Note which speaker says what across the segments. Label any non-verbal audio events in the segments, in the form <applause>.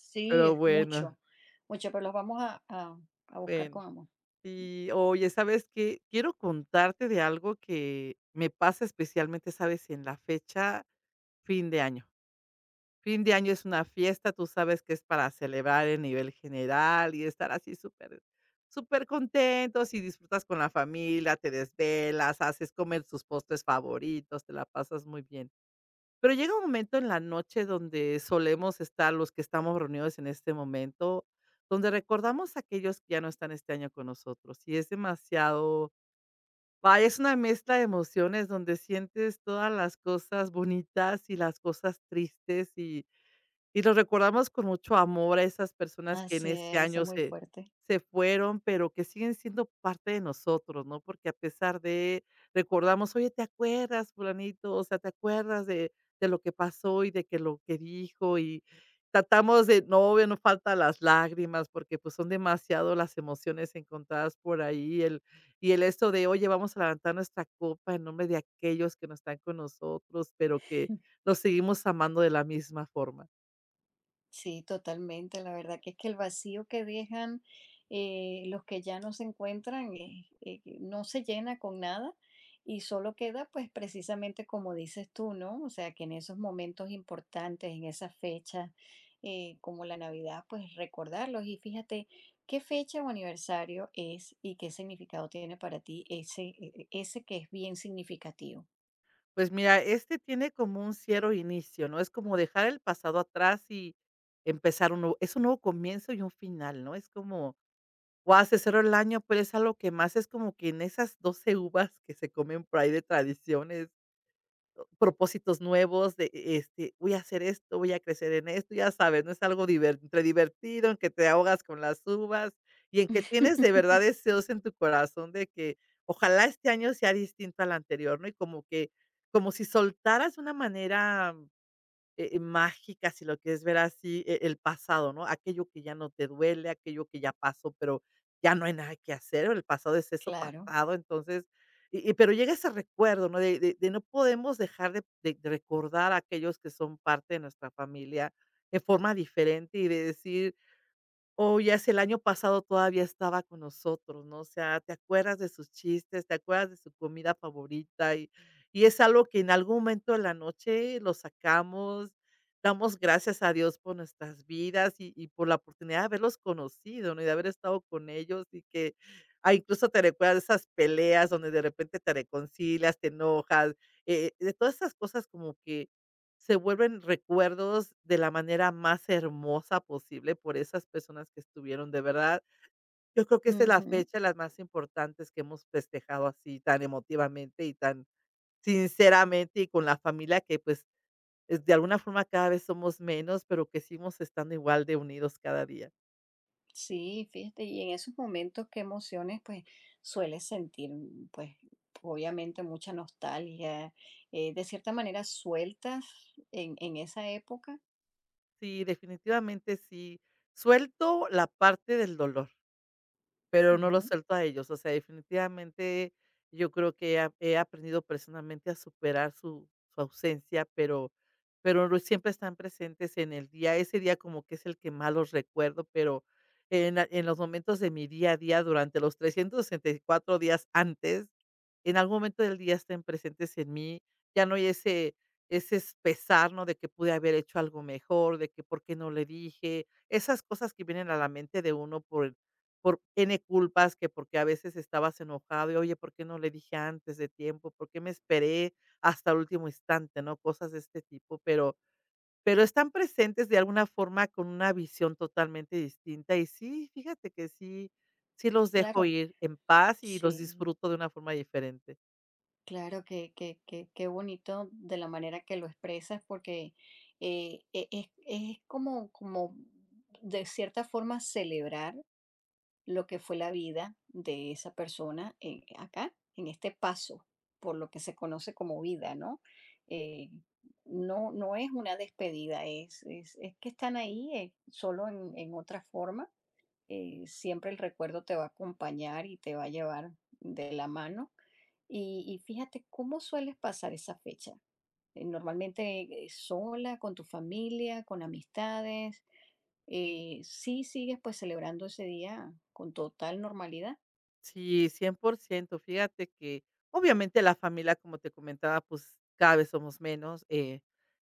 Speaker 1: Sí,
Speaker 2: Pero
Speaker 1: es
Speaker 2: bueno,
Speaker 1: mucho, mucho, pero los vamos a, a buscar
Speaker 2: bueno.
Speaker 1: con amor.
Speaker 2: Y oye, ¿sabes qué? Quiero contarte de algo que me pasa especialmente, ¿sabes? En la fecha fin de año. Fin de año es una fiesta, tú sabes que es para celebrar el nivel general y estar así súper, súper contentos y disfrutas con la familia, te desvelas, haces comer tus postres favoritos, te la pasas muy bien. Pero llega un momento en la noche donde solemos estar los que estamos reunidos en este momento, donde recordamos a aquellos que ya no están este año con nosotros y es demasiado, vaya, es una mezcla de emociones donde sientes todas las cosas bonitas y las cosas tristes y los recordamos con mucho amor a esas personas que en
Speaker 1: Así
Speaker 2: ese
Speaker 1: es
Speaker 2: año
Speaker 1: muy
Speaker 2: se
Speaker 1: fuerte.
Speaker 2: se fueron, pero que siguen siendo parte de nosotros, ¿no? Porque a pesar de recordamos: "Oye, ¿te acuerdas, fulanito? O sea, ¿te acuerdas de lo que pasó y de que lo que dijo?". Y tratamos de no, obvio, no falta las lágrimas, porque, pues, son demasiado las emociones encontradas por ahí, el y el esto de: "Oye, vamos a levantar nuestra copa en nombre de aquellos que no están con nosotros, pero que los seguimos amando de la misma forma".
Speaker 1: Sí, totalmente. La verdad que es que el vacío que dejan los que ya no se encuentran no se llena con nada y solo queda pues precisamente como dices tú, ¿no? O sea, que en esos momentos importantes, en esas fechas como la Navidad, pues recordarlos y fíjate qué fecha o aniversario es y qué significado tiene para ti ese, ese que es bien significativo.
Speaker 2: Pues mira, este tiene como un cierto inicio, ¿no? Es como dejar el pasado atrás y empezar un nuevo es un nuevo comienzo y un final, ¿no? Es como, guau, se cerró el año, pero es algo que más es como que en esas 12 uvas que se comen por ahí de tradiciones propósitos nuevos de, este, voy a hacer esto, voy a crecer en esto, ya sabes, ¿no? Es algo diver entre divertido, en que te ahogas con las uvas y en que tienes de
Speaker 1: <laughs>
Speaker 2: verdad deseos en tu corazón de que ojalá este año sea distinto al anterior, ¿no? Y como que como si soltaras de una manera mágica, si lo quieres ver así, el pasado, ¿no? Aquello que ya no te duele, aquello que ya pasó, pero ya no hay nada que hacer, el pasado es eso
Speaker 1: Claro.
Speaker 2: pasado, entonces y pero llega ese recuerdo, ¿no? De no podemos dejar de recordar a aquellos que son parte de nuestra familia de forma diferente y de decir o ya si el año pasado todavía estaba con nosotros, ¿no? O sea, te acuerdas de sus chistes, te acuerdas de su comida favorita y es algo que en algún momento de la noche lo sacamos, damos gracias a Dios por nuestras vidas y por la oportunidad de haberlos conocido, ¿no? Y de haber estado con ellos y que, ah, incluso te recuerdas de esas peleas donde de repente te reconcilias, te enojas, de todas esas cosas como que se vuelven recuerdos de la manera más hermosa posible por esas personas que estuvieron, de verdad. Yo creo que esa es la
Speaker 1: Ujú.
Speaker 2: fecha, las más importantes que hemos festejado así tan emotivamente y tan sinceramente y con la familia que, pues, es de alguna forma cada vez somos menos, pero que seguimos estando igual de unidos cada día.
Speaker 1: Sí, fíjate, y en esos momentos, ¿qué emociones pues sueles sentir? Pues obviamente mucha nostalgia, de cierta manera sueltas en esa época.
Speaker 2: Sí, definitivamente sí, suelto la parte del dolor. Pero no los
Speaker 1: Ujú,
Speaker 2: suelto a ellos, o sea, definitivamente yo creo que he aprendido personalmente a superar su ausencia, pero no siempre están presentes en el día. Ese día como que es el que más los recuerdo, pero en los momentos de mi día a día, durante los 364 días antes, en algún momento del día estén presentes en mí. Ya no hay ese ese s pesar, ¿no?, de que pude haber hecho algo mejor, de que por qué no le dije. Esas cosas que vienen a la mente de uno por N culpas, que porque a veces estabas enojado, y oye, ¿por qué no le dije antes de tiempo? ¿Por qué me esperé hasta el último instante?, ¿no? Cosas de este tipo, pero están presentes de alguna forma con una visión totalmente distinta. Y sí, fíjate que sí, sí los dejo
Speaker 1: claro,
Speaker 2: ir en paz y los
Speaker 1: sí,
Speaker 2: disfruto de una forma diferente.
Speaker 1: claro qué bonito de la manera que lo expresas, porque es como, como de cierta forma celebrar lo que fue la vida de esa persona acá, en este paso, por lo que se conoce como vida, ¿no? Eh, no, no es una despedida, es que están ahí, solo en otra forma. Siempre el recuerdo te va a acompañar y te va a llevar de la mano. Y fíjate cómo sueles pasar esa fecha normalmente sola, con tu familia, con amistades, sí sigues pues celebrando ese día con total normalidad.
Speaker 2: Sí, cien por ciento. Fíjate que, obviamente, la familia, como te comentaba, pues, cada vez somos menos, eh,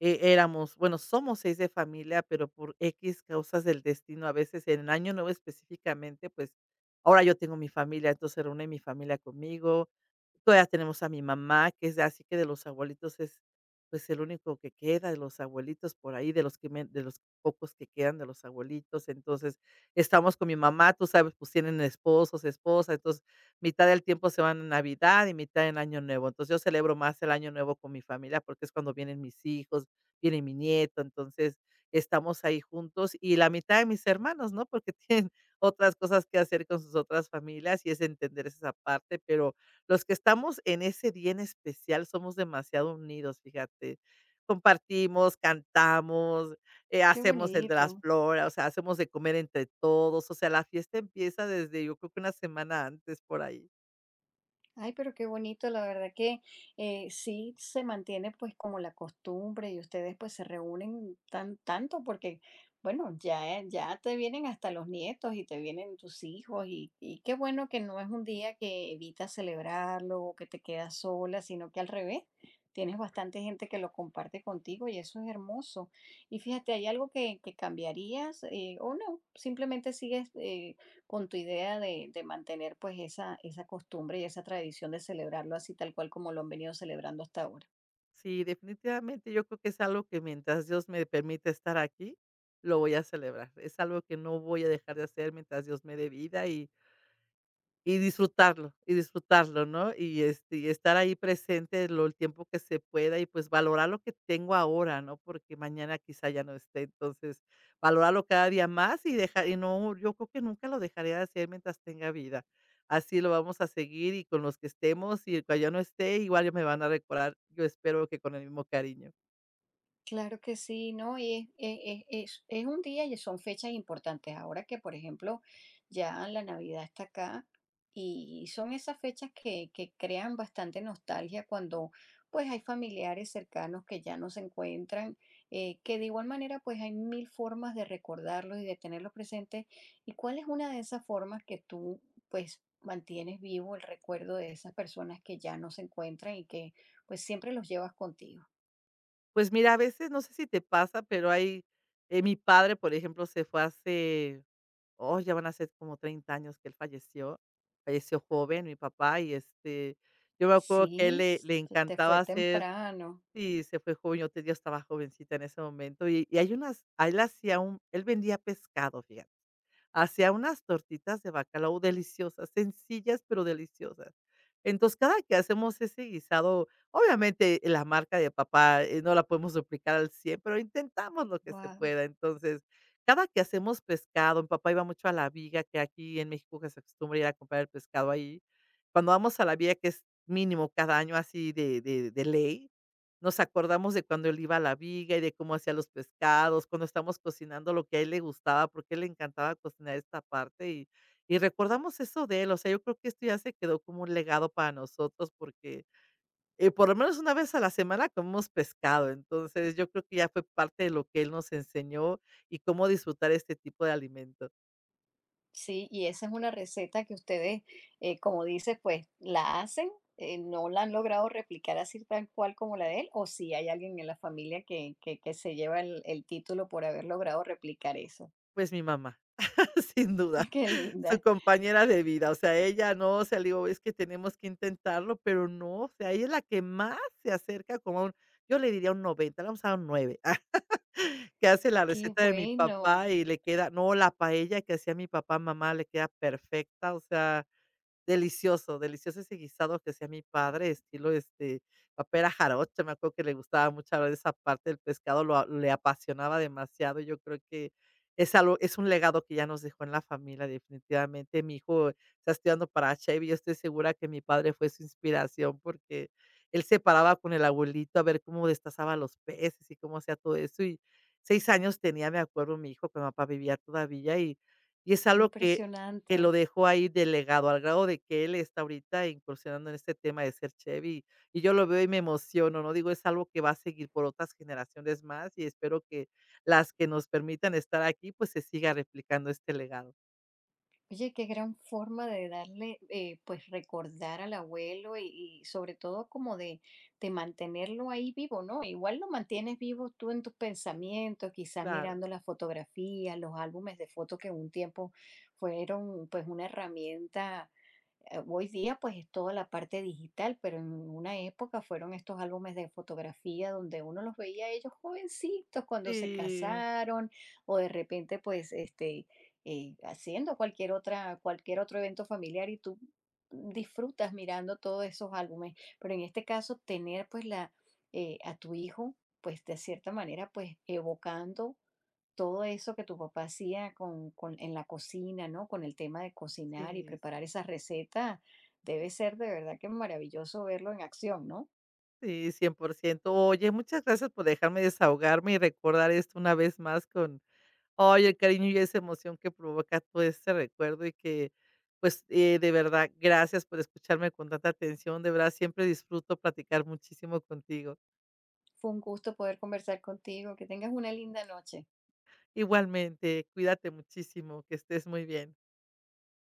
Speaker 2: e éramos, bueno, somos 6 de familia, pero por x causas del destino, a veces en el Año Nuevo específicamente, pues, ahora yo tengo mi familia, entonces se reúne mi familia conmigo. Todavía tenemos a mi mamá, que es así que de los abuelitos es, pues, el único que queda de los abuelitos por ahí, de los pocos que quedan de los abuelitos. Entonces, estamos con mi mamá, tú sabes, pues, tienen esposos, esposas, entonces, mitad del tiempo se van en Navidad y mitad en Año Nuevo. Entonces, yo celebro más el Año Nuevo con mi familia, porque es cuando vienen mis hijos, viene mi nieto, entonces, estamos ahí juntos y la mitad de mis hermanos, ¿no? Porque <laughs> tienen otras cosas que hacer con sus otras familias y es entender esa parte, pero los que estamos en ese día en especial somos demasiado unidos, fíjate. Compartimos, cantamos,
Speaker 1: Qué
Speaker 2: hacemos el de las
Speaker 1: bonito.
Speaker 2: flores, o sea, hacemos de comer entre todos, o sea, la fiesta empieza desde, yo creo que una semana antes por ahí.
Speaker 1: Ay, pero qué bonito, la verdad que sí se mantiene pues como la costumbre y ustedes pues se reúnen tan tanto porque, bueno, ya, ya te vienen hasta los nietos y te vienen tus hijos y qué bueno que no es un día que evitas celebrarlo o que te quedas sola, sino que al revés, tienes bastante gente que lo comparte contigo y eso es hermoso. Y fíjate, ¿hay algo que cambiarías o no? Simplemente sigues con tu idea de mantener pues esa costumbre y esa tradición de celebrarlo así tal cual como lo han venido celebrando hasta ahora.
Speaker 2: Sí, definitivamente yo creo que es algo que mientras Dios me permite estar aquí, lo voy a celebrar. Es algo que no voy a dejar de hacer mientras Dios me dé vida y disfrutarlo, y disfrutarlo, ¿no? Y, este, y estar ahí presente lo el tiempo que se pueda y, pues, valorar lo que tengo ahora, ¿no? Porque mañana quizá ya no esté. Entonces, valorarlo cada día más y dejar y no, yo creo que nunca lo dejaré de hacer mientras tenga vida. Así lo vamos a seguir y con los que estemos y el que ya no esté, igual ya me van a recordar, yo espero que con el mismo cariño.
Speaker 1: Claro que sí, ¿no? Y es, es un día y son fechas importantes. Ahora que, por ejemplo, ya la Navidad está acá y son esas fechas que crean bastante nostalgia cuando pues hay familiares cercanos que ya no se encuentran, que de igual manera pues hay mil formas de recordarlos y de tenerlos presentes. ¿Y cuál es una de esas formas que tú pues mantienes vivo el recuerdo de esas personas que ya no se encuentran y que pues siempre los llevas contigo?
Speaker 2: Pues mira, a veces no sé si te pasa, pero hay, mi padre, por ejemplo, se fue hace. Oh, ya van a ser como 30 años que él falleció. Falleció joven mi papá y, este, yo me acuerdo que él
Speaker 1: Sí,
Speaker 2: le le
Speaker 1: te fue
Speaker 2: encantaba hacer.
Speaker 1: temprano.
Speaker 2: Sí, se fue joven, yo estaba jovencita en ese momento, y hay unas a él hacía un él vendía pescado, fíjate. Hacía unas tortitas de bacalao deliciosas, sencillas, pero deliciosas. Entonces, cada que hacemos ese guisado, obviamente, la marca de papá, no la podemos duplicar al 100, pero intentamos lo que se
Speaker 1: Wow.
Speaker 2: pueda. Entonces, cada que hacemos pescado, mi papá iba mucho a la viga, que aquí en México que se acostumbra ir a comprar el pescado ahí. Cuando vamos a la viga, que es mínimo cada año así de ley, nos acordamos de cuando él iba a la viga y de cómo hacía los pescados, cuando estamos cocinando lo que a él le gustaba, porque a él le encantaba cocinar esta parte y recordamos eso de él. O sea, yo creo que esto ya se quedó como un legado para nosotros porque, por lo menos una vez a la semana comemos pescado. Entonces, yo creo que ya fue parte de lo que él nos enseñó y cómo disfrutar este tipo de alimento.
Speaker 1: Sí, y esa es una receta que ustedes, como dices, pues la hacen, no la han logrado replicar así tal cual como la de él, o si hay alguien en la familia que se lleva el título por haber logrado replicar eso.
Speaker 2: Pues mi mamá. <laughs> Sin duda,
Speaker 1: <laughs> Qué
Speaker 2: su
Speaker 1: linda.
Speaker 2: compañera de vida, o sea, ella no, o sea, le digo: "Es que tenemos que intentarlo", pero no, o sea, ella es la que más se acerca como a un yo le diría un 90 le vamos a dar un 9 <laughs> que hace la
Speaker 1: Qué
Speaker 2: receta de mi papá
Speaker 1: bueno,
Speaker 2: y le queda no, la paella que hacía mi papá, mamá, le queda perfecta, o sea, delicioso, delicioso ese guisado que hacía mi padre, estilo, este, papera jarocha, me acuerdo que le gustaba mucho hablar de esa parte del pescado, lo a le apasionaba demasiado, yo creo que es algo es un legado que ya nos dejó en la familia, definitivamente. Mi hijo está estudiando para chef y yo estoy segura que mi padre fue su inspiración, porque él se paraba con el abuelito a ver cómo destazaba los peces y cómo hacía todo eso, y 6 años tenía, me acuerdo, mi hijo, cuando papá vivía todavía, y es
Speaker 1: qué
Speaker 2: algo que lo
Speaker 1: impresionante.
Speaker 2: dejó ahí delegado, al grado de que él está ahorita incursionando en este tema de ser chef, y yo lo veo y me emociono, ¿no? Digo, es algo que va a seguir por otras generaciones más, y espero que las que nos permitan estar aquí, pues, se siga replicando este legado.
Speaker 1: Oye, qué gran forma de darle, pues recordar al abuelo y sobre todo como de mantenerlo ahí vivo, ¿no? Igual lo mantienes vivo tú en tus pensamientos, quizás mirando
Speaker 2: Claro.
Speaker 1: las fotografías, los álbumes de fotos que un tiempo fueron pues una herramienta hoy día pues es toda la parte digital, pero en una época fueron estos álbumes de fotografía donde uno los veía a ellos jovencitos cuando se
Speaker 2: Sí,
Speaker 1: casaron o de repente pues este haciendo cualquier otro evento familiar y tú disfrutas mirando todos esos álbumes, pero en este caso tener pues la a tu hijo pues de cierta manera pues evocando todo eso que tu papá hacía en la cocina, ¿no? Con el tema de cocinar y
Speaker 2: sí,
Speaker 1: preparar esas recetas, debe ser de verdad que maravilloso verlo en acción, ¿no?
Speaker 2: sí, cien por ciento. Oye, muchas gracias por dejarme desahogarme y recordar esto una vez más con. Ay, el cariño y esa emoción que provoca todo este recuerdo y que, pues, de verdad, gracias por escucharme con tanta atención. De verdad, siempre disfruto platicar muchísimo contigo.
Speaker 1: Fue un gusto poder conversar contigo. Que tengas una linda noche.
Speaker 2: Igualmente, cuídate muchísimo, que estés muy bien.